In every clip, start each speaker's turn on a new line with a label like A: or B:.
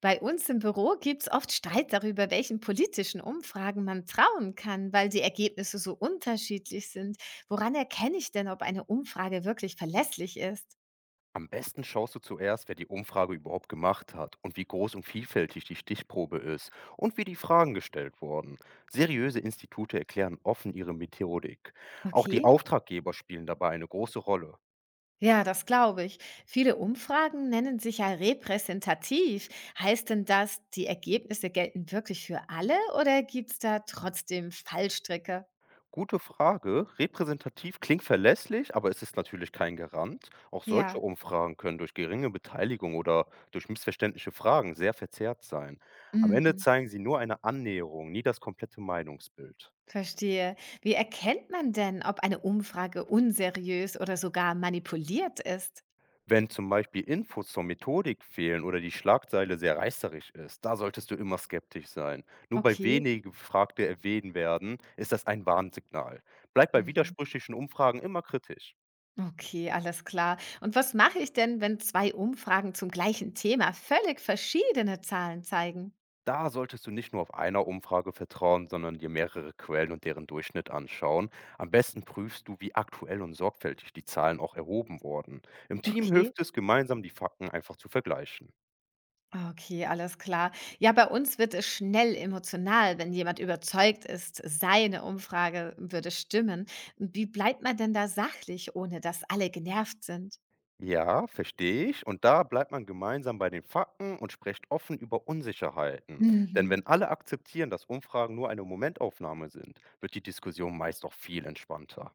A: Bei uns im Büro gibt es oft Streit darüber, welchen politischen Umfragen man trauen kann, weil die Ergebnisse so unterschiedlich sind. Woran erkenne ich denn, ob eine Umfrage wirklich verlässlich ist?
B: Am besten schaust du zuerst, wer die Umfrage überhaupt gemacht hat und wie groß und vielfältig die Stichprobe ist und wie die Fragen gestellt wurden. Seriöse Institute erklären offen ihre Methodik. Auch die
A: Okay.
B: Auftraggeber spielen dabei eine große Rolle.
A: Ja, das glaube ich. Viele Umfragen nennen sich ja repräsentativ. Heißt denn das, die Ergebnisse gelten wirklich für alle oder gibt es da trotzdem Fallstricke?
B: Gute Frage, repräsentativ klingt verlässlich, aber es ist natürlich kein Garant. Auch solche
A: Ja.
B: Umfragen können durch geringe Beteiligung oder durch missverständliche Fragen sehr verzerrt sein. Am Ende
A: Mhm.
B: zeigen sie nur eine Annäherung, nie das komplette Meinungsbild.
A: Verstehe. Wie erkennt man denn, ob eine Umfrage unseriös oder sogar manipuliert ist?
B: Wenn zum Beispiel Infos zur Methodik fehlen oder die Schlagzeile sehr reißerisch ist, da solltest du immer skeptisch sein. Nur bei
A: Okay.
B: wenigen Befragte erwähnt werden, ist das ein Warnsignal. Bleib bei
A: Mhm.
B: widersprüchlichen Umfragen immer kritisch.
A: Okay, alles klar. Und was mache ich denn, wenn zwei Umfragen zum gleichen Thema völlig verschiedene Zahlen zeigen?
B: Da solltest du nicht nur auf einer Umfrage vertrauen, sondern dir mehrere Quellen und deren Durchschnitt anschauen. Am besten prüfst du, wie aktuell und sorgfältig die Zahlen auch erhoben wurden. Im Team
A: Okay.
B: hilft es, gemeinsam die Fakten einfach zu vergleichen.
A: Okay, alles klar. Ja, bei uns wird es schnell emotional, wenn jemand überzeugt ist, seine Umfrage würde stimmen. Wie bleibt man denn da sachlich, ohne dass alle genervt sind?
B: Ja, verstehe ich. Und da bleibt man gemeinsam bei den Fakten und spricht offen über Unsicherheiten. Denn
A: Mhm.
B: wenn alle akzeptieren, dass Umfragen nur eine Momentaufnahme sind, wird die Diskussion meist auch viel entspannter.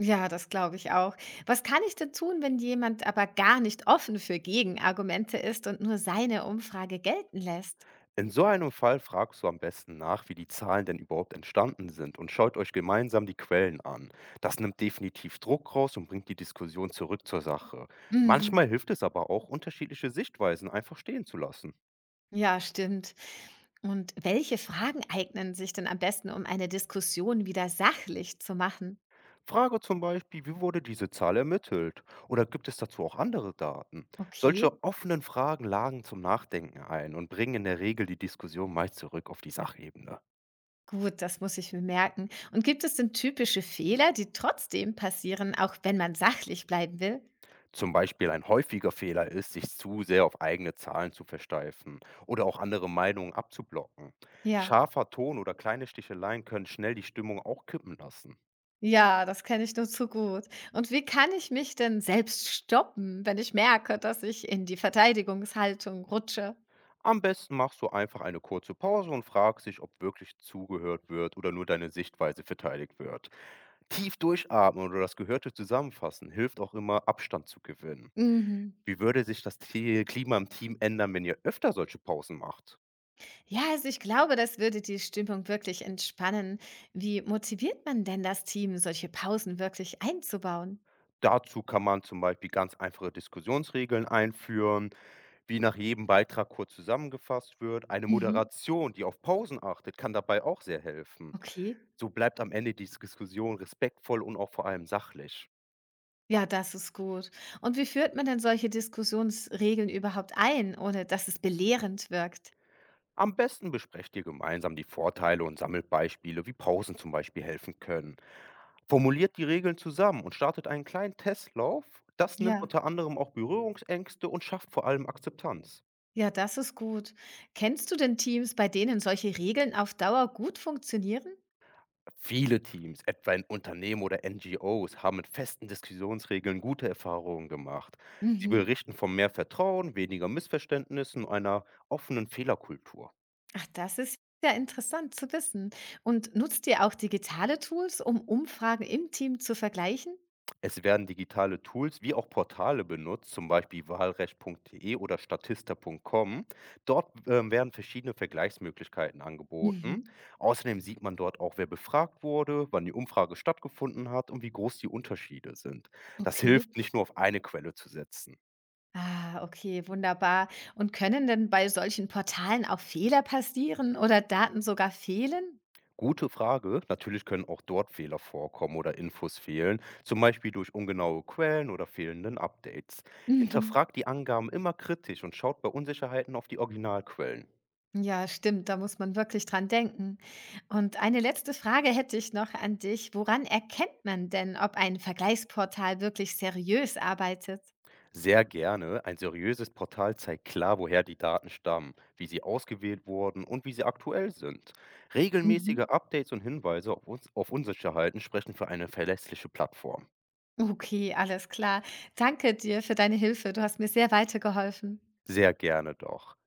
A: Ja, das glaube ich auch. Was kann ich denn tun, wenn jemand aber gar nicht offen für Gegenargumente ist und nur seine Umfrage gelten lässt?
B: In so einem Fall fragst du am besten nach, wie die Zahlen denn überhaupt entstanden sind und schaut euch gemeinsam die Quellen an. Das nimmt definitiv Druck raus und bringt die Diskussion zurück zur Sache.
A: Mhm.
B: Manchmal hilft es aber auch, unterschiedliche Sichtweisen einfach stehen zu lassen.
A: Ja, stimmt. Und welche Fragen eignen sich denn am besten, um eine Diskussion wieder sachlich zu machen?
B: Frage zum Beispiel, wie wurde diese Zahl ermittelt? Oder gibt es dazu auch andere Daten?
A: Okay,
B: Solche offenen Fragen lagen zum Nachdenken ein und bringen in der Regel die Diskussion meist zurück auf die Sachebene.
A: gut, das muss ich mir merken. Und gibt es denn typische Fehler, die trotzdem passieren, auch wenn man sachlich bleiben will?
B: Zum Beispiel ein häufiger Fehler ist, sich zu sehr auf eigene Zahlen zu versteifen oder auch andere Meinungen abzublocken.
A: Ja.
B: Scharfer Ton oder kleine Sticheleien können schnell die Stimmung auch kippen lassen.
A: Ja, das kenne ich nur zu gut. Und wie kann ich mich denn selbst stoppen, wenn ich merke, dass ich in die Verteidigungshaltung rutsche?
B: Am besten machst du einfach eine kurze Pause und fragst dich, ob wirklich zugehört wird oder nur deine Sichtweise verteidigt wird. Tief durchatmen oder das Gehörte zusammenfassen hilft auch immer, Abstand zu gewinnen.
A: Mhm.
B: Wie würde sich das Klima im Team ändern, wenn ihr öfter solche Pausen macht?
A: Ja, also ich glaube, das würde die Stimmung wirklich entspannen. Wie motiviert man denn das Team, solche Pausen wirklich einzubauen?
B: Dazu kann man zum Beispiel ganz einfache Diskussionsregeln einführen, wie nach jedem Beitrag kurz zusammengefasst wird. Eine
A: Mhm.
B: Moderation, die auf Pausen achtet, kann dabei auch sehr helfen.
A: Okay.
B: So bleibt am Ende die Diskussion respektvoll und auch vor allem sachlich.
A: Ja, das ist gut. Und wie führt man denn solche Diskussionsregeln überhaupt ein, ohne dass es belehrend wirkt?
B: Am besten besprecht ihr gemeinsam die Vorteile und sammelt Beispiele, wie Pausen zum Beispiel helfen können. Formuliert die Regeln zusammen und startet einen kleinen Testlauf. Das nimmt
A: Ja.
B: unter anderem auch Berührungsängste und schafft vor allem Akzeptanz.
A: Ja, das ist gut. Kennst du denn Teams, bei denen solche Regeln auf Dauer gut funktionieren?
B: Viele Teams, etwa in Unternehmen oder NGOs, haben mit festen Diskussionsregeln gute Erfahrungen gemacht. Sie
A: Mhm.
B: berichten von mehr Vertrauen, weniger Missverständnissen und einer offenen Fehlerkultur.
A: Ach, das ist ja interessant zu wissen. Und nutzt ihr auch digitale Tools, um Umfragen im Team zu vergleichen?
B: Es werden digitale Tools wie auch Portale benutzt, zum Beispiel wahlrecht.de oder statista.com. Dort werden verschiedene Vergleichsmöglichkeiten angeboten.
A: Mhm.
B: Außerdem sieht man dort auch, wer befragt wurde, wann die Umfrage stattgefunden hat und wie groß die Unterschiede sind. Das
A: Okay.
B: hilft, nicht nur auf eine Quelle zu setzen.
A: Ah, okay, wunderbar. Und können denn bei solchen Portalen auch Fehler passieren oder Daten sogar fehlen?
B: Gute Frage. Natürlich können auch dort Fehler vorkommen oder Infos fehlen, zum Beispiel durch ungenaue Quellen oder fehlenden Updates.
A: Mhm.
B: Hinterfragt die Angaben immer kritisch und schaut bei Unsicherheiten auf die Originalquellen.
A: Ja, stimmt, da muss man wirklich dran denken. Und eine letzte Frage hätte ich noch an dich. Woran erkennt man denn, ob ein Vergleichsportal wirklich seriös arbeitet?
B: Sehr gerne. Ein seriöses Portal zeigt klar, woher die Daten stammen, wie sie ausgewählt wurden und wie sie aktuell sind. Regelmäßige
A: Mhm.
B: Updates und Hinweise auf, auf Unsicherheiten sprechen für eine verlässliche Plattform.
A: Okay, alles klar. Danke dir für deine Hilfe. Du hast mir sehr weitergeholfen.
B: Sehr gerne doch.